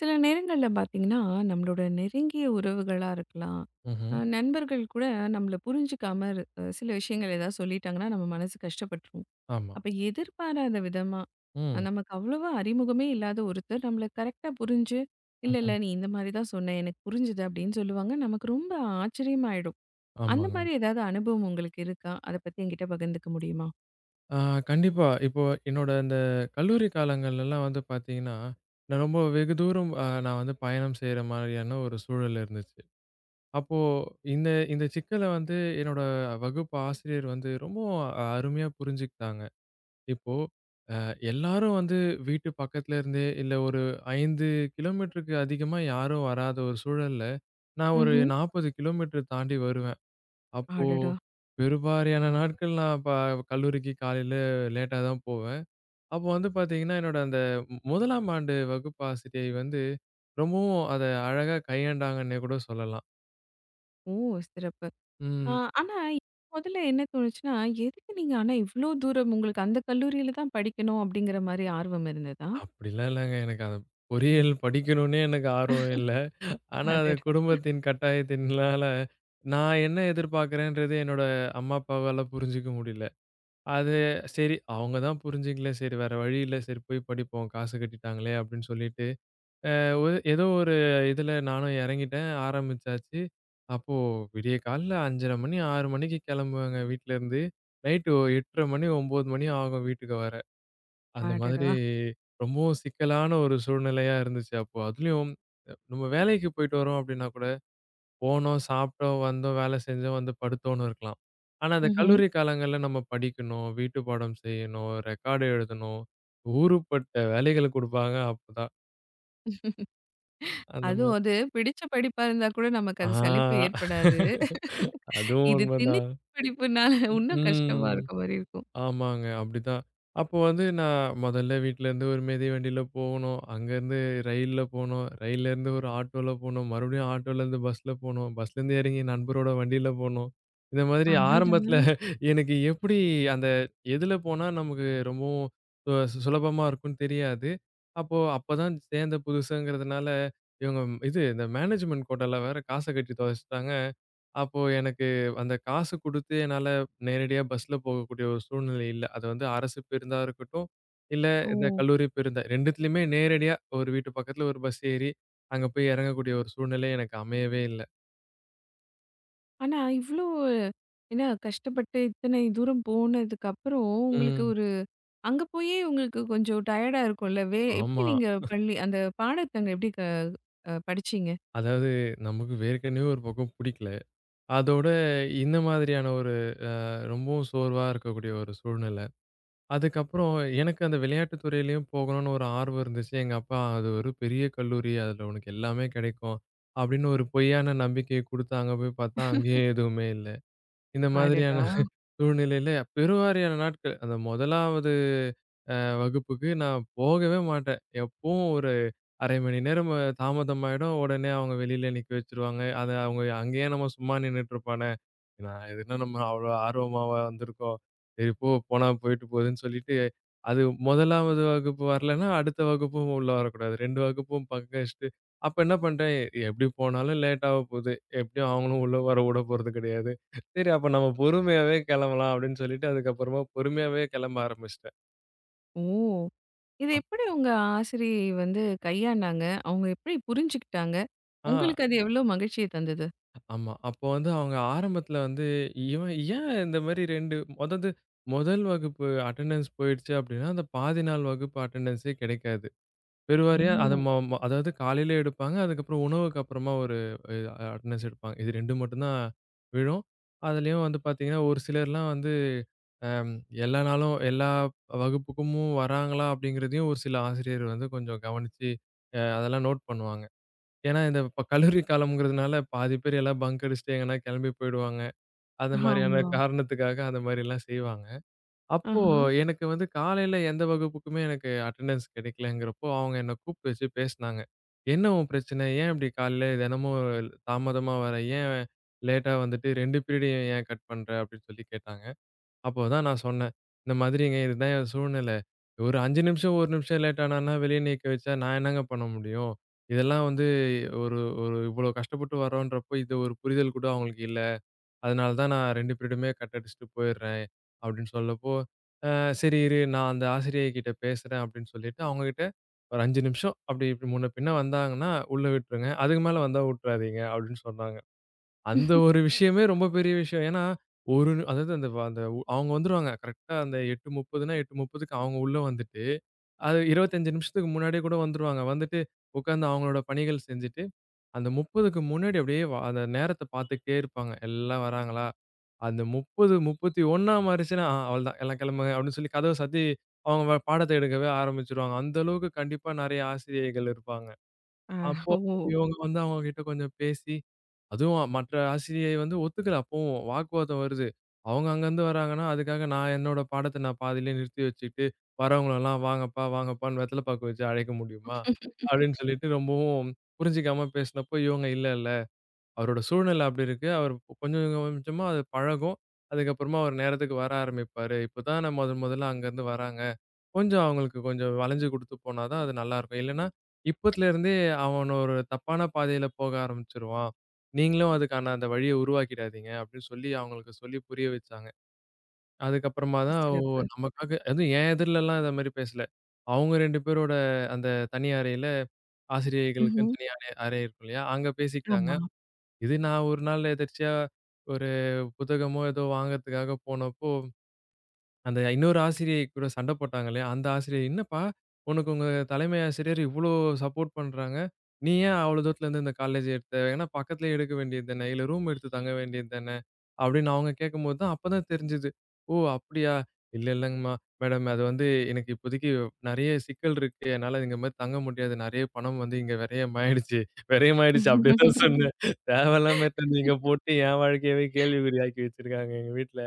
சில நேரங்கள்ல பார்த்தீங்கன்னா, நம்மளோட நெருங்கிய உறவுகளா இருக்கலாம். ம்ஹ்ம். நண்பர்கள் கூட நம்மள புரிஞ்சுக்காம இரு அ சில விஷயங்கள் ஏதாவது சொல்லிட்டாங்கன்னா, நம்ம மனசு கஷ்டப்பட்டுரும். ஆமா. அப்ப எதிர்பாராத விதமா, ம். நமக்கு அவ்வளவா அறிமுகமே இல்லாத ஒருத்தர் நம்மள கரெக்ட்டா புரிஞ்சு, "இல்ல, இல்ல ம்ஹ்ம். நீ இந்த மாரி தான் சொன்ன. எனக்கு புரிஞ்சுது." அப்படின்னு சொல்லுவாங்க. நமக்கு ரொம்ப ஆச்சரியமாயிடும். அந்த ஆமாங்க. மாரி ஏதாவது அனுபவம் உங்களுக்கு இருக்கா? அத பத்தி என்கிட்ட பகிர்ந்துக்க முடியுமா? ஆ கண்டிப்பா. இப்போ என்னோட இந்த கல்லூரி காலங்கள்லலாம் வந்து பார்த்தீங்கன்னா, நான் ரொம்ப வெகு தூரம் நான் வந்து பயணம் செய்ற மாரியான ஒரு சூழல் இருந்துச்சு. அப்போ இந்த இந்த சிக்கல வந்து என்னோட வகுப்பு ஆசிரியர் வந்து ரொம்பவும் அருமையா புரிஞ்சுக்கிட்டாங்க. இப்போ எல்லாரும் வந்து வீட்டு பக்கத்துல இருந்தே இல்ல, ஒரு 5 கிலோமீட்டருக்கு அதிகமா யாரும் வராத ஒரு சூழல்ல, நான் ஒரு ம்ஹ்ம். 40 கிலோமீட்டர் தாண்டி வருவேன். அப்போ அடடா! பெருவாரியான நாட்கள் நான் கல்லூரிக்கு காலையில லேட்டா தான் போவேன். அப்போ வந்து பார்த்தீங்கன்னா, என்னோட அந்த 1ஆம் ஆண்டு வகுப்பு ஆசிரியை வந்து ரொம்பவும் அத அழகா கையாண்டாங்கன்னே கூட சொல்லலாம். ஓ! சிறப்பு. ஆ, ம். ஆனா முதல்ல என்ன தோணுச்சுன்னா, எதுக்கு நீங்க ஆனா இவ்ளோ தூரம் உங்களுக்கு அந்த கல்லூரியில தான் படிக்கணும் அப்படிங்கிற மாரி ஆர்வம் இருந்ததா? அப்படிலாம் இல்லங்க. எனக்கு அந்த பொறியியல் படிக்கணும்னே எனக்கு ஆர்வம் இல்ல. ஆனா, அது அடடா! குடும்பத்தின் கட்டாயத்தினால நான் என்ன எதிர்பார்க்கிறேன்றது என்னோட அம்மா, அப்பாவால புரிஞ்சுக்க முடியல. அது சரி, அவங்க தான் புரிஞ்சுக்கல. சரி, வேற வழி இல்ல. சரி போய் படிப்போம். காசு கட்டிட்டாங்களே அப்படின்னு சொல்லிட்டு அ ஒ ஏதோ ஒரு இதுல நானும் இறங்கிட்டேன். ஆரம்பிச்சாச்சு. அப்போ விடிய காலையில 5:30 மணி, 6 மணிக்கு கிளம்புவேங்க வீட்லருந்து. நைட்டு 8:30 மணி, 9 மணி ஆகும் வீட்டுக்கு வர. அந்த மாதிரி அடடா! ரொம்பவும் சிக்கலான ஒரு சூழ்நிலையா இருந்துச்சு அப்போ. அதுலயும் நம்ம வேலைக்கு போயிட்டு வரோம் அப்டின்னா கூட, போனோம், சாப்பிட்டோம், வந்தோம், வேலை செஞ்சோம், வந்து படுத்தோம்னு இருக்கலாம். ஆனா, அந்த ம்ஹ்ம். கல்லூரி காலங்கள்ல நம்ம படிக்கணும், வீட்டு பாடம் செய்யணும், ரெக்கார்டு எழுதணும், ஊருப்பட்ட வேலைகள் குடுப்பாங்க அப்பதான். அந்த அதுவும் அது பிடிச்ச படிப்பா இருந்தா கூட நமக்கு அது சலிப்பு ஆ. ஏற்படாது. அதுவும் இது திணிச்ச உண்மதான். படிப்புனால இன்னும் கஷ்டமா ம். இருக்க மாரி இருக்கும். ஆமாங்க. அப்படிதான். அப்போ வந்து நான் மொதல்ல வீட்லருந்து ஒரு மிதிவண்டியில போகணும். அங்கருந்து ரயில்ல போனோம். ரயில்லேருந்து ஒரு ஆட்டோல போனோம். மறுபடியும் ஆட்டோலேருந்து பஸ்ல போனோம். பஸ்லேருந்து இறங்கி நண்பரோட வண்டியில போனோம். இந்த மாதிரி அடடா! ஆரம்பத்துல எனக்கு எப்படி அந்த எதுல போனா நமக்கு ரொம்பவும் அ சுலபமா இருக்கும்னு தெரியாது. அப்போ அப்பதான் சேர்ந்த புதுசுங்கிறதுனால, இவங்க இது இந்த மேனேஜ்மென்ட் கோட்டால வேற காச கட்டி தொலைச்சுட்டாங்க. அப்போ எனக்கு அந்த காசு குடுத்து என்னால நேரடியா பஸ்ல போகக்கூடிய ஒரு சூழ்நிலை இல்ல. அது வந்து அரசு பேருந்தா இருக்கட்டும், இல்ல ஓ! இந்த கல்லூரி பேருந்தா, 2த்துலயுமே நேரடியா ஒரு வீட்டு பக்கத்துல ஒரு பஸ் ஏறி, அங்க போய் இறங்கக்கூடிய ஒரு சூழ்நிலை எனக்கு அமையவே இல்ல. ஆனா இவ்ளோ என்ன கஷ்டப்பட்டு இத்தனை தூரம் போனதுக்கப்புறம் உங்களுக்கு ம். ஒரு அங்க போயே உங்களுக்கு கொஞ்சம் டயர்டா இருக்கும்ல. எப்படி ஆமா. நீங்க பள்ளி அந்த பாடத்தங்க எப்படி க அ படிச்சீங்க? அதாவது நமக்கு வேற்கனவே ஒரு பக்கம் புடிக்கல. அதோட இந்த மாதிரியான ஒரு ரொம்பவும் சோர்வா இருக்கக்கூடிய ஒரு சூழ்நிலை. அதுக்கப்புறம் எனக்கு அந்த விளையாட்டு துறையிலயும் போகணும்னு ஒரு ஆர்வம் இருந்துச்சு. எங்க அப்பா அது ஒரு பெரிய கல்லூரி. அதுல உனக்கு எல்லாமே கிடைக்கும். அப்படின்னு ஒரு பொய்யான நம்பிக்கைய குடுத்து அங்க போய் பார்த்தா அங்கேயே எதுவுமே இல்ல. இந்த மாதிரியான அடடா! சூழ்நிலையில பெருவாரியான நாட்கள் அந்த முதலாவது அ வகுப்புக்கு நான் போகவே மாட்டேன். எப்பவும் ஒரு 1/2 மணி நேரம் தாமதமாயிடும். உடனே அவங்க வெளியில நிக்க வச்சுருவாங்க. அத அவங்க அங்கேயே நம்ம சும்மா நின்னுட்டு இருப்பானே. நான் எதுனா நம்ம அவ்வளோ ஆர்வமாவா வந்திருக்கோம். சரி போ, போனா போயிட்டு போகுதுன்னு சொல்லிட்டு அது 1வது வகுப்பு வரலன்னா, அடுத்த வகுப்பும் உள்ள வரக்கூடாது. 2 வகுப்பும் பங்கு வச்சுட்டு, அப்ப என்ன பண்ட்டேன், எப்படி போனாலும் லேட் ஆக போகுது. எப்படியும் அவங்களும் உள்ள வர விட போறது கிடையாது. சரி அப்ப நம்ம பொறுமையாவே கிளம்பலாம் அப்படின்னு சொல்லிட்டு, அதுக்கப்புறமா பொறுமையாவே கிளம்ப ஆரம்பிச்சுட்டேன். ஓ! இது அப் எப்படி உங்க ஆசிரியை வந்து கையாண்டாங்க? அவங்க எப்படி புரிஞ்சுக்கிட்டாங்க? ஆ உங்களுக்கு அது எவ்ளோ மகிழ்ச்சிய தந்தது? ஆமா. அப்போ வந்து அவங்க ஆரம்பத்துல வந்து, இவன் ஏன் இந்த மாரி 2 1 வகுப்பு அட்டெண்டன்ஸ் போயிடுச்சு அப்படின்னா, அந்த பாதி நாள் வகுப்பு அட்டெண்டன்ஸே கிடைக்காது. பெருவாரியா அத ஓ! ம ம அதாவது காலையில எடுப்பாங்க. அதுக்கப்புறம் உணவுக்கு அப்புறமா ஒரு அ அட்டெண்டன்ஸ் எடுப்பாங்க. இது 2 மட்டும் தான் விழும். அதுலயும் வந்து பார்த்தீங்கன்னா, ஒரு சிலர்லாம் வந்து அம் எல்லா நாளும் எல்லா வகுப்புக்கும் வராங்களா அப்படிங்கிறதையும் ஒரு சில ஆசிரியர் வந்து கொஞ்சம் கவனிச்சு, அதெல்லாம் நோட் பண்ணுவாங்க. ஏன்னா, இப்ப கல்லூரி காலம்ங்கிறதுனால பாதி பேர் எல்லாம் பங்க் அடிச்சுட்டு எங்கன்னா கிளம்பி போயிடுவாங்க. அந்த மாரியான ஆமா. காரணத்துக்காக அந்த மாரிலாம் செய்வாங்க. அப்போ ஆஹா. எனக்கு வந்து காலையில எந்த வகுப்புக்குமே எனக்கு அட்டெண்டன்ஸ் கிடைக்கலங்கிறப்போ, அவங்க என்ன கூப்பிட்டு வச்சு பேசினாங்க. "என்ன உன் பிரச்சனை? ஏன் இப்படி காலையில தினமும் தாமதமா வர? ஏன் லேட்டா வந்துட்டு 2 பீரியடையும் ஏன் கட் பண்ற?" அப்படின்னு சொல்லி கேட்டாங்க. அப்போதான் நான் சொன்னேன், "இந்த மாதிரிங்க இதுதான் என் சூழ்நிலை. ஒரு 5 நிமிஷம், 1 நிமிஷம் லேட் ஆனான்னா வெளிய நிக்க வச்சா நான் என்னங்க பண்ண முடியும்? இதெல்லாம் வந்து ஒரு ஒரு இவ்வளோ கஷ்டப்பட்டு வரோன்றப்போ, இது ஒரு புரிதல் கூட அவங்களுக்கு இல்ல." அதனால தான் நான் 2 பீரியடுமே கட் அடிச்சுட்டு போயிடுறேன், அப்படின்னு சொல்லப்போ, அ சரி இரு நான் அந்த ஆசிரியை கிட்ட பேசுறேன் அப்படின்னு சொல்லிட்டு, அவங்க கிட்ட ஒரு 5 நிமிஷம் அப்படி இப்படி முன்ன பின்ன வந்தாங்கன்னா உள்ள விட்டுருங்க. அதுக்கு மேல வந்தா விட்டுறாதீங்க அப்படின்னு சொன்னாங்க. அந்த ஒரு விஷயமே ரொம்ப பெரிய விஷயம். ஏன்னா, ஒரு நி- அதாவது அந்த வ- அந்த உ- அவங்க வந்துருவாங்க. கரெக்ட்டா அந்த 8:30ன்னா 8:30க்கு அவங்க உள்ள வந்துட்டு, அது 25 நிமிஷத்துக்கு முன்னாடியே கூட வந்துருவாங்க. வந்துட்டு உட்காந்து அவங்களோட பணிகள் செஞ்சுட்டு, அந்த 30க்கு முன்னாடி அப்படியே அந்த நேரத்த பார்த்துக்கிட்டே இருப்பாங்க. எல்லாம் வராங்களா? அந்த 30, 31ஆம் அடிச்சுனா, அவ்ளதான், எல்லாம் கிளம்புங்க அப்படின்னு சொல்லி கதவ சாத்தி, அவங்க பாடத்த எடுக்கவே ஆரம்பிச்சுருவாங்க. அந்த அளவுக்கு கண்டிப்பா நெறைய ஆசிரியைகள் இருப்பாங்க. அ அப்போ ஓ! இவங்க வந்து அவங்க கிட்ட கொஞ்சம் பேசி, அதுவும் மற்ற ஆசிரியை வந்து ஒத்துக்கல. அப்பவும் வாக்குவாதம் வருது. அவங்க அங்கருந்து வராங்கன்னா, அதுக்காக நான் என்னோட பாடத்த நான் பாதியிலே நிறுத்தி வச்சுட்டு, வரவங்களலாம் வாங்கப்பா, வாங்கப்பான்னு வெத்தல பாக்கு வச்சு அழைக்க முடியுமா அப்படின்னு சொல்லிட்டு ரொம்பவும் புரிஞ்சுக்காம பேசினப்போ, இவங்க, "இல்ல, இல்ல, அவரோட சூழ்நிலை அப்படி இருக்கு. அவர் கொஞ்சம் கொஞ்சமா அது பழகும். அதுக்கப்புறமா அவர் நேரத்துக்கு வர ஆரம்பிப்பாரு. இப்பதான் நான் முதல் முதல்ல அங்கருந்து வராங்க. கொஞ்சம் அவங்களுக்கு கொஞ்சம் வளைஞ்சு குடுத்து போனா தான் அது நல்லாருக்கும். இல்லன்னா, இப்பத்துல இருந்தே அவன ஒரு தப்பான பாதையில போக ஆரம்பிச்சுருவான். நீங்களும் அதுக்கான அந்த வழிய உருவாக்கிடாதீங்க" அப்படின்னு சொல்லி அவங்களுக்கு சொல்லி புரிய வச்சாங்க. அதுக்கப்புறமா தான் சிறப்பு. நமக்காக, அதுவும் என் எதிர்லலாம் இத மாரி பேசல. அவங்க 2 பேரோட அந்த தனி அறையில, ஆசிரியைகளுக்குன்னு ம்ஹ்ம். தனி அறை அறை இருக்கும் இல்லையா? அங்க பேசிக்கிட்டாங்க. ஆமா. இது நான் ஒரு நாள் எதர்ச்சியா ஒரு புத்தகமோ, ஏதோ வாங்கறதுக்காக போனப்போ, அந்த இன்னொரு ஆசிரியை கூட சண்டை போட்டாங்களே, அந்த ஆசிரியை, "என்னப்பா உனக்கு உங்க தலைமை ஆசிரியர் இவ்ளோ சப்போர்ட் பண்றாங்க. நீ ஏன் அவ்ளோ தூரத்துலருந்து இந்த காலேஜ் எடுத்த? ஏன்னா பக்கத்திலேயே எடுக்க வேண்டியது தானே! இல்ல ரூம் எடுத்து தங்க வேண்டியது தானே!" அப்படின்னு அவங்க கேட்கும்போது தான் அப்பதான் தெரிஞ்சது. "ஓ! அப்படியா? இல்ல, இல்லங்கம்மா, மேடம், அது வந்து எனக்கு இப்போதைக்கு நெறைய சிக்கல் இருக்கு. என்னால இங்க மாரி தங்க முடியாது. நெறைய பணம் வந்து இங்க விரயமாயிடுச்சு." விரயமாயிடுச்சு அப்படியே தான் சொன்னேன். தேவையில்லாம எடுத்துட்டு வந்து இங்க போட்டு என் வாழ்க்கையவே கேள்விக்குறியாக்கி வச்சிருக்காங்க எங்க வீட்ல.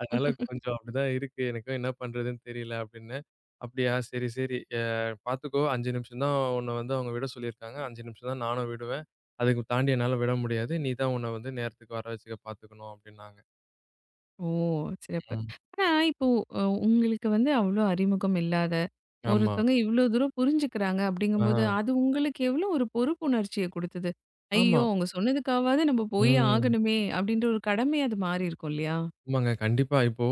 அதனால கொஞ்சம் அப்படிதான் இருக்கு. எனக்கும் என்ன பண்றதுன்னு தெரியல அப்டின்னேன். அப்படியா, சரி, சரி. பார்த்துக்கோ 5 நிமிஷம் தான் உன்ன வந்து அவங்க விட சொல்லியிருக்காங்க. 5 நிமிஷம் தான் நானும் விடுவேன். அதுக்கு தாண்டி என்னால விட முடியாது. நீ தான் உன்ன வந்து நேரத்துக்கு வர வச்சுக்க பார்த்துக்கணும் அப்டின்னாங்க. ஓ! சிறப்பு. ம். ஆனா இப்போ அ உங்களுக்கு வந்து அவ்ளோ அறிமுகம் இல்லாத, ஆமா. ஒருத்தவங்க இவ்ளோ தூரம் புரிஞ்சுக்கிறாங்க அப்படிங்கும்போது, ஆ. அது உங்களுக்கு எவ்ளோ ஒரு பொறுப்புணர்ச்சிய குடுத்தது? ஐயோ! ஆமா. அவங்க சொன்னதுக்காவது நம்ம போயே ம். ஆகணுமே! அப்படின்ற ஒரு கடமையா அது மாறி இருக்கும் இல்லையா? ஆமாங்க. கண்டிப்பா. இப்போ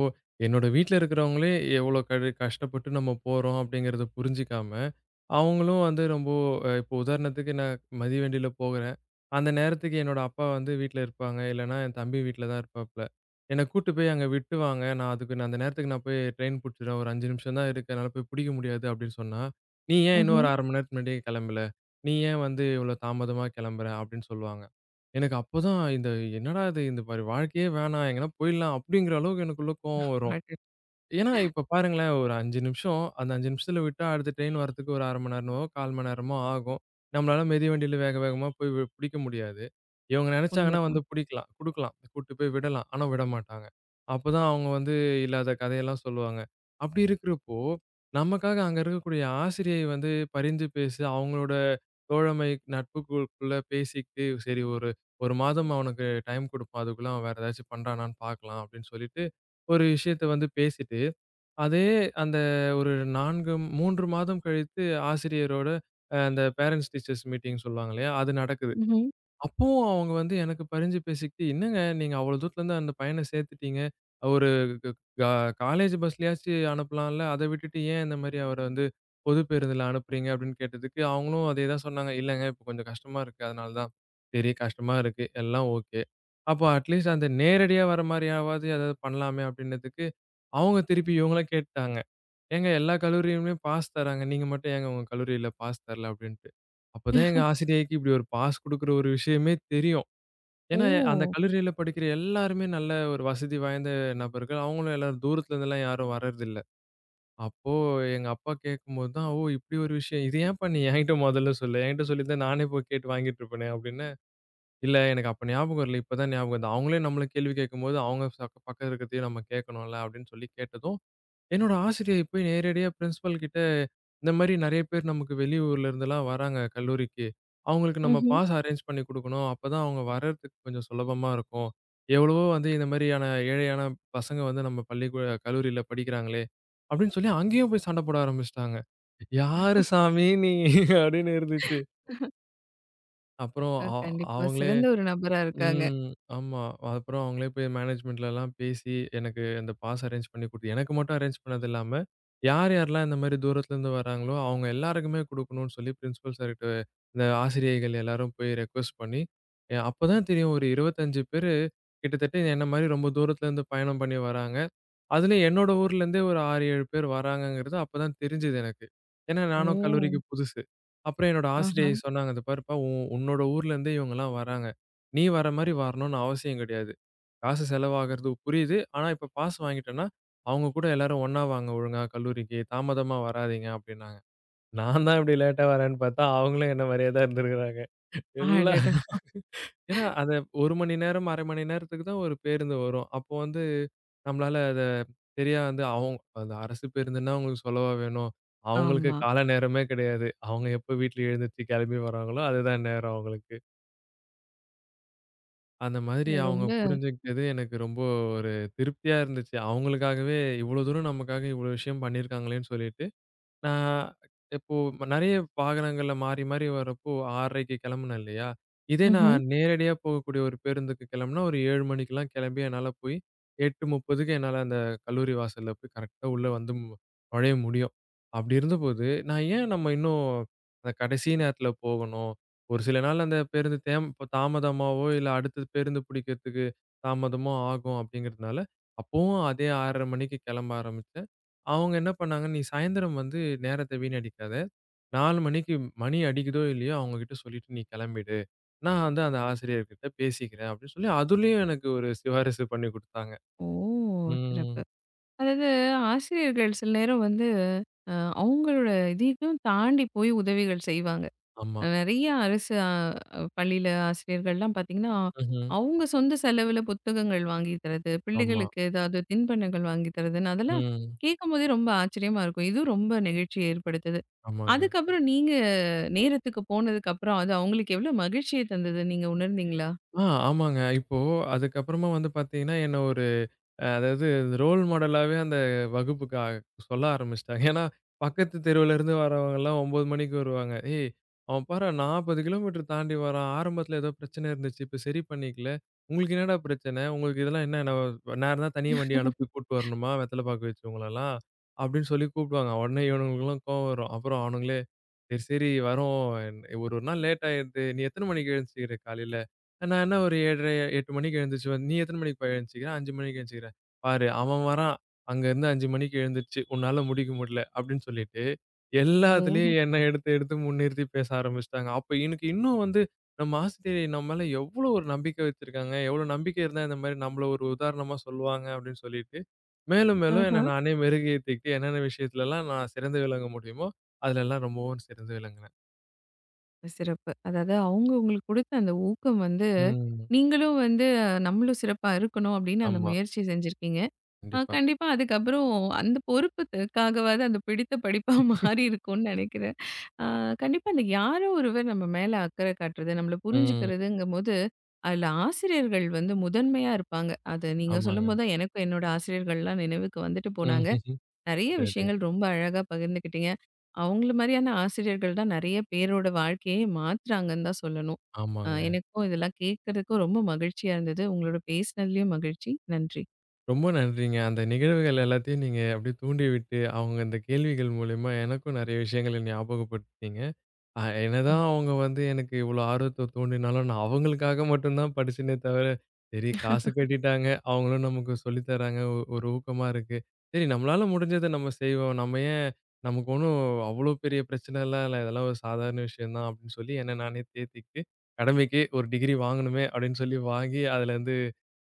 என்னோட வீட்ல இருக்கிறவங்களே எவ்வளோ கடு கஷ்டப்பட்டு நம்ம போறோம் அப்படிங்கிறத புரிஞ்சுக்காம, அவங்களும் வந்து ரொம்ப இப்போ உதாரணத்துக்கு நான் மதிவண்டியில போகுறேன். அந்த நேரத்துக்கு என்னோட அப்பா வந்து வீட்ல இருப்பாங்க. இல்லன்னா என் தம்பி வீட்ல தான் இருப்பாப்ல. என்ன கூட்டு போய் அங்க விட்டு வாங்க. நான் அதுக்கு நான் அந்த நேரத்துக்கு நான் போய் ட்ரெயின் புடிச்சிடுவேன். ஒரு 5 நிமிஷம் தான் இருக்கு. என்னால போய் புடிக்க முடியாது அப்படின்னு சொன்னா, "நீ ஏன் இன்னும் ம்ஹ்ம். ஒரு 1/2 மணி நேரத்துக்கு முன்னாடியே கிளம்பல? நீ ஏன் வந்து இவ்வளோ தாமதமா கிளம்புற?" அப்படின்னு சொல்லுவாங்க. எனக்கு அப்பதான் இந்த என்னடா இது! இந்த மாரி வாழ்க்கையே வேணாம். எங்கனா போயிடலாம். அப்படிங்கிற அளவுக்கு எனக்குள்ள கோவம் வரும். அடட்! ஏன்னா, இப்ப பாருங்களேன், ஒரு 5 நிமிஷம். அந்த 5 நிமிஷத்துல விட்டா, அடுத்த ட்ரெயின் வரதுக்கு ஒரு 1/2 மணி நேரமோ, 1/4 மணி நேரமோ ஆகும். நம்மளால மிதிவண்டியில வேக வேகமா போய் பிடிக்க முடியாது. இவங்க நெனச்சாங்கன்னா உண்மதான். வந்து பிடிக்கலாம், குடுக்கலாம், கூட்டு போய் விடலாம். ஆனா விடமாட்டாங்க. அப்பதான் அவங்க வந்து இல்லாத கதையெல்லாம் சொல்லுவாங்க. அப்படி இருக்கிறப்போ, நமக்காக அங்க இருக்கக்கூடிய ஆசிரியை வந்து பரிந்து பேசி, அவங்களோட தோழமை, நட்புக்குள்ள பேசிக்கிட்டு, சரி ஒரு 1 மாதம் அவனுக்கு டைம் குடுப்போம். அதுக்குள்ள அவன் வேற ஏதாச்சும் பண்றானான்னு பாக்கலாம் அப்படின்னு சொல்லிட்டு, ஒரு விஷயத்த வந்து பேசிட்டு அதே அந்த ஒரு 4 3 மாதம் கழித்து ஆசிரியரோட, அந்த பேரன்ட்ஸ் டீச்சர்ஸ் மீட்டிங் சொல்லுவாங்க இல்லையா? அது நடக்குது. ம்ஹ்ம். அப்பவும் அவங்க வந்து எனக்கு பரிஞ்சு பேசிக்கிட்டு, "என்னங்க நீங்க அவ்ளோ தூரத்துலருந்து அந்த பையன சேர்த்துட்டீங்க. ஒரு க க காலேஜ் பஸ்லயாச்சு அனுப்பலாம்ல. அத விட்டுட்டு ஏன் இந்த மாரி அவர வந்து பொது பேருந்துல அனுப்புறீங்க?" அப்படின்னு கேட்டதுக்கு, அவங்களும் அதே தான் சொன்னாங்க. "இல்லங்க இப்ப கொஞ்சம் கஷ்டமா இருக்கு. அதனால தான்." சரி கஷ்டமா இருக்கு. எல்லாம் ஓகே. அப்போ அட்லீஸ்ட் அந்த நேரடியா வர மாரியாவது ஏதாவது பண்ணலாமே அப்படின்னதுக்கு, அவங்க திருப்பி இவங்கள கேட்டாங்க. "ஏங்க எல்லா கல்லூரியுமே பாஸ் தராங்க. நீங்க மட்டும் ஏங்க உங்க கல்லூரியில பாஸ் தரல?" அப்படின்ட்டு. அப்பதான் எங்க ஆசிரியைக்கு இப்படி ஒரு பாஸ் குடுக்குற ஒரு விஷயமே தெரியும். ஓ! ஏன்னா, அந்த கல்லூரியில படிக்கிற எல்லாருமே நல்ல ஒரு வசதி வாய்ந்த நபர்கள். அவங்களும் எல்லாரும் தூரத்துல இருந்தெல்லாம் யாரும் வர்றதில்ல. அப்போ எங்க அப்பா கேட்கும்போது தான், "ஓ! இப்படி ஒரு விஷயம். இது ஏன்ப்பா நீ என்கிட்ட மொதல்ல சொல்லல? என்கிட்ட சொல்லியிருந்தா நானே போய் கேட்டு வாங்கிட்டு இருப்பேனே!" அப்படின்னு. "இல்ல எனக்கு அப்ப ஞாபகம் இல்ல. இப்பதான் ஞாபகம் வருது. அவங்களே நம்மள கேள்வி கேட்கும்போது, அவங்க பக்கம் இருக்கிறதையும் நம்ம கேட்கணும்ல" அப்படின்னு சொல்லி கேட்டதும் என்னோட ஆசிரியை போய் நேரடியா பிரின்சிபல் கிட்ட, இந்த மாரி நெறைய பேர் நமக்கு வெளியூர்ல இருந்துலாம் வராங்க கல்லூரிக்கு. அவங்களுக்கு நம்ம ம்ஹ்ம். பாஸ் அரேஞ்ச் பண்ணி குடுக்கணும். அப்பதான் அவங்க வர்றதுக்கு கொஞ்சம் சுலபமா இருக்கும். எவ்வளவோ வந்து இந்த மாரியான ஏழையான பசங்க வந்து நம்ம பள்ளிக்கூட கல்லூரியில படிக்கிறாங்களே! அப்படின்னு சொல்லி அங்கேயும் போய் சண்ட போட ஆரம்பிச்சுட்டாங்க. யாரு சாமி நீ? அப்படின்னு இருந்துச்சு. அப்புறம் கண்டிப்பா. அவங்களே சிறந்த ஒரு நபரா இருக்காங்க. ம். ஆமா. அப்புறம் அவங்களே போய் மேனேஜ்மென்ட்லலாம் பேசி, எனக்கு அந்த பாஸ் அரேஞ்ச் பண்ணி குடுத்து எனக்கு மட்டும் அரேஞ்ச் பண்ணது இல்லாம, யார் யார்லாம் இந்த மாரி தூரத்துலருந்து வராங்களோ, அவங்க எல்லாருக்குமே குடுக்கணும்னு சொல்லி பிரின்சிபல் சார்கிட்ட இந்த ஆசிரியைகள் எல்லாரும் போய் ரெக்வெஸ்ட் பண்ணி, அப்பதான் தெரியும் ஒரு 25 பேரு கிட்டத்தட்ட என்ன மாரி ரொம்ப தூரத்துலருந்து பயணம் பண்ணி வராங்க. அதுலயும் என்னோட ஊர்லேருந்தே ஒரு 6, 7 பேர் வராங்கங்கிறது அப்பதான் தெரிஞ்சது எனக்கு. ஏன்னா நானும் கல்லூரிக்கு ஓ! புதுசு. அப்புறம் என்னோட ஆஹா! ஆசிரியை சொன்னாங்க, "இத பாருப்பா உன்னோட ஊர்லேருந்தே இவங்கலாம் வராங்க. நீ வர மாரி வரணும்னு அவசியம் கிடையாது. காசு செலவாகுறது புரியுது. ஆனா இப்ப பாஸ் வாங்கிட்டேன்னா, அவங்க கூட எல்லாரும் ஒண்ணா வாங்க ஒழுங்கா கல்லூரிக்கு. தாமதமா வராதீங்க" அப்படின்னாங்க. நான் தான் இப்படி லேட்டா வரேன்னு பார்த்தா, அவங்களும் என்ன மாரியே தான் இருந்திருக்கிறாங்க. எல்லா அடடா! ஏன்னா, அத 1 மணி நேரம், 1/2 மணி நேரத்துக்கு தான் ஒரு பேருந்து வரும். அப்போ வந்து நம்மளால அத சரியா வந்து அவங்க அந்த அரசு பேருந்துன்னா அவங்களுக்கு சொல்லவா வேணும்? அவங்களுக்கு ஆமா. கால நேரமே கிடையாது. அவங்க எப்போ வீட்ல எழுந்திரிச்சு கிளம்பி வராங்களோ, அதுதான் நேரம் அவங்களுக்கு. அந்த மாதிரி அவங்க ரொம்ப புரிஞ்சுக்கிட்டது எனக்கு ரொம்ப ஒரு திருப்தியா இருந்துச்சு. அவங்களுக்காகவே இவ்வளோ தூரம் நமக்காக இவ்வளோ விஷயம் பண்ணியிருக்காங்களேன்னு சொல்லிட்டு. நான் இப்போ நெறைய வாகனங்கள்ல மாறி, மாறி வரப்போ 6:30க்கு கெளம்புனேன் இல்லையா? இதே ம்ஹ்ம். நான் நேரடியா போகக்கூடிய ஒரு பேருந்துக்கு கெளம்புனா, ஒரு 7 மணிக்கெல்லாம் கெளம்பி என்னால போய் 8:30க்கு என்னால அந்த கல்லூரி வாசல்ல போய் கரெக்ட்டா உள்ள வந்து நுழைய முடியும். அப்படி இருந்தபோது, நான் ஏன் நம்ம இன்னும் அந்த கடைசி நேரத்துல போகணும்? ஒரு சில நாள் அந்த பேருந்து தேம் இப்போ தாமதமாவோ, இல்ல அடுத்த பேருந்து புடிக்கிறதுக்கு தாமதமோ ஆகும் அப்படிங்கிறதுனால, அப்பவும் அதே 6:30 மணிக்கு கெளம்ப ஆரம்பிச்சேன். அவங்க என்ன பண்ணாங்க, "நீ சாயந்தரம் வந்து நேரத்த வீணடிக்காத. 4 மணிக்கு மணி அடிக்குதோ! இல்லையோ! அவங்க கிட்ட சொல்லிட்டு நீ கிளம்பிடு. நான் வந்து அந்த ஆசிரியர்கிட்ட பேசிக்கிறேன்" அப்படின்னு சொல்லி அதுலயும் எனக்கு ஒரு சிபாரிசு பண்ணி குடுத்தாங்க. ஓ! ம். சிறப்பு. அதாவது ஆசிரியர்கள் சில நேரம் வந்து அ அவங்களோட இதையும் தாண்டி போய் உதவிகள் செய்வாங்க. ஆமா. நெறைய அரசு பள்ளியில ஆசிரியர்கள்லாம் பார்த்தீங்கன்னா, ம்ஹ்ம். அவங்க சொந்த செலவுல புத்தகங்கள் வாங்கி தர்றது, ஆமா. பிள்ளைகளுக்கு ஏதாவது தின்பண்டங்கள் வாங்கி தர்றதுன்னு அதெல்லாம் ம். கேட்கும்போதே ரொம்ப ஆச்சரியமா இருக்கும். இதுவும் ரொம்ப நெகிழ்ச்சிய ஏற்படுத்துது. ஆமாங்க. அதுக்கப்புறம் நீங்க நேரத்துக்கு போனதுக்கு அப்புறம் அது அவங்களுக்கு எவ்வளோ மகிழ்ச்சிய தந்தது நீங்க உணர்ந்தீங்களா? ஆமாங்க. இப்போ அதுக்கப்புறமா வந்து பார்த்தீங்கன்னா, என்ன ஒரு அதாவது ரோல் மாடலாவே அந்த வகுப்புக்கு சொல்ல ஆரம்பிச்சுட்டாங்க. ஏன்னா, பக்கத்து தெருவுலேருந்து வரவங்கலாம் 9 மணிக்கு வருவாங்க. "ஏய்! அவன் பாரா 40 கிலோமீட்டர் தாண்டி வரான். ஆரம்பத்தில ஏதோ பிரச்சனை இருந்துச்சு. இப்ப சரி பண்ணிக்கல. உங்களுக்கு என்னடா பிரச்சனை? உங்களுக்கு இதெல்லாம் என்ன என்ன நேரம் தான், தனியா வண்டி அனுப்பி கூட்டு வரணுமா? வெத்தல பாக்கு வச்சவங்களலாம்?" அப்படின்னு சொல்லி கூப்பிடுவாங்க. உடனே இவனுங்களுக்குலாம் கோவம் வரும். அப்புறம் அவனுங்களே, "சரி, சரி வரோம். ஒரு ஒரு நாள் லேட் ஆயிடுது. நீ எத்தன மணிக்கு எழுந்துச்சுக்கிற காலையில?" நான் என்ன ஒரு 7:30 8 மணிக்கு எழுந்துருச்சு நீ எத்தன மணிக்குப்பா எழுந்துச்சிக்கிற? 5 மணிக்கு எழுந்துச்சிக்கிறேன். பாரு அவன் வரான். அங்கருந்து 5 மணிக்கு எழுந்துருச்சு. உன்னால முடிக்க முடியல அப்படின்னு சொல்லிட்டு, ஓ! எல்லாத்துலயும் என்ன எடுத்து எடுத்து முன்னிறுத்தி பேச ஆரம்பிச்சுட்டாங்க. அப்ப எனக்கு இன்னும் வந்து நம்ம ஆசிரியர் நம்ம மேல எவ்வளோ ஒரு நம்பிக்கை வச்சிருக்காங்க. எவ்வளோ நம்பிக்கை இருந்தா இந்த மாரி நம்மள ஒரு உதாரணமா சொல்லுவாங்க அப்படின்னு சொல்லிட்டு, மேலும் மேலும் ஆஹ. என்ன நானே மெருகேத்திக்கிட்டு என்னென்ன விஷயத்துலலாம் நான் சிறந்து விளங்க முடியுமோ, அதுலலாம் ரொம்பவும் சிறந்து விளங்குனேன். சிறப்பு. அதாவது அவங்க உங்களுக்கு குடுத்த அந்த ஊக்கம் வந்து, ம். நீங்களும் வந்து நம்மளும் சிறப்பா இருக்கணும் அப்படின்னு அந்த ஆமா. முயற்சி செஞ்சிருக்கீங்க. கண்டிப்பா. கண்டிப்பா அதுக்கப்புறம் அந்த பொறுப்புக்காகவாவது அந்த பிடித்த படிப்பா மாறி இருக்கும்னு நெனைக்கிறேன். அ கண்டிப்பா அந்த யாரோ ஒருவர் நம்ம மேல அக்கறை காட்டுறது, நம்மள ம். புரிஞ்சுக்கிறதுங்கும்போது, அதுல ஆசிரியர்கள் வந்து முதன்மையா இருப்பாங்க. அத நீங்க ஆமாங்க. சொல்லும்போது தான் எனக்கும் என்னோட ஆசிரியர்கள்லாம் நினைவுக்கு வந்துட்டு ம். போனாங்க. நிறைய சரி. விஷயங்கள் ரொம்ப அழகா பகிர்ந்துக்கிட்டீங்க. அவங்கள மாரியான ஆசிரியர்கள் தான் நெறைய பேரோட வாழ்க்கையே மாத்துறாங்கன்னு தான் சொல்லணும். ஆமாங்க. எனக்கும் இதெல்லாம் கேட்கறதுக்கும் ரொம்ப மகிழ்ச்சியா இருந்தது. உங்களோட பேசினதுலயும் மகிழ்ச்சி. நன்றி. ரொம்ப நன்றிங்க. அந்த நிகழ்வுகள் எல்லாத்தையும் நீங்க அப்படியே தூண்டிவிட்டு, அவங்க அந்த கேள்விகள் மூலியமா எனக்கும் நெறைய விஷயங்கள ஞாபகப்படுத்துனீங்க. என்னதான் அவங்க வந்து எனக்கு இவ்வளோ ஆர்வத்த தூண்டினாலும், நான் அவங்களுக்காக மட்டும் தான் படிச்சேனே தவிர, சரி காசு கட்டிட்டாங்க. அவங்களும் நமக்கு சொல்லி தராங்க. ஒரு ஊக்கமா இருக்கு. சரி நம்மளால முடிஞ்சத நம்ம செய்வோம். நம்ம ஏன் நமக்கு ஒண்ணும் அவ்வளோ பெரிய பிரச்சனைலாம் இல்ல. இதெல்லாம் ஒரு சாதாரண விஷயம் தான் அப்படின்னு சொல்லி என்ன நானே தேத்திக்கிட்டு, கடமைக்கு ஒரு டிகிரி வாங்கணுமே அப்படின்னு சொல்லி வாங்கி அதுலேருந்து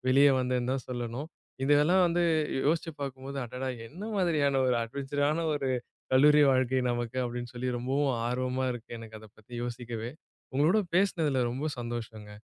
வெளியே வந்தேன்னு தான் சொல்லணும். இதெல்லாம் வந்து யோசிச்சு பார்க்கும்போது, அடடா! என்ன மாதிரியான ஒரு அட்வென்ச்சரான ஒரு கல்லூரி வாழ்க்கை நமக்கு அப்படின்னு சொல்லி ரொம்பவும் ஆர்வமா இருக்கு எனக்கு அத பத்தி யோசிக்கவே. உங்களோட பேசினதுல ரொம்ப சந்தோஷங்க.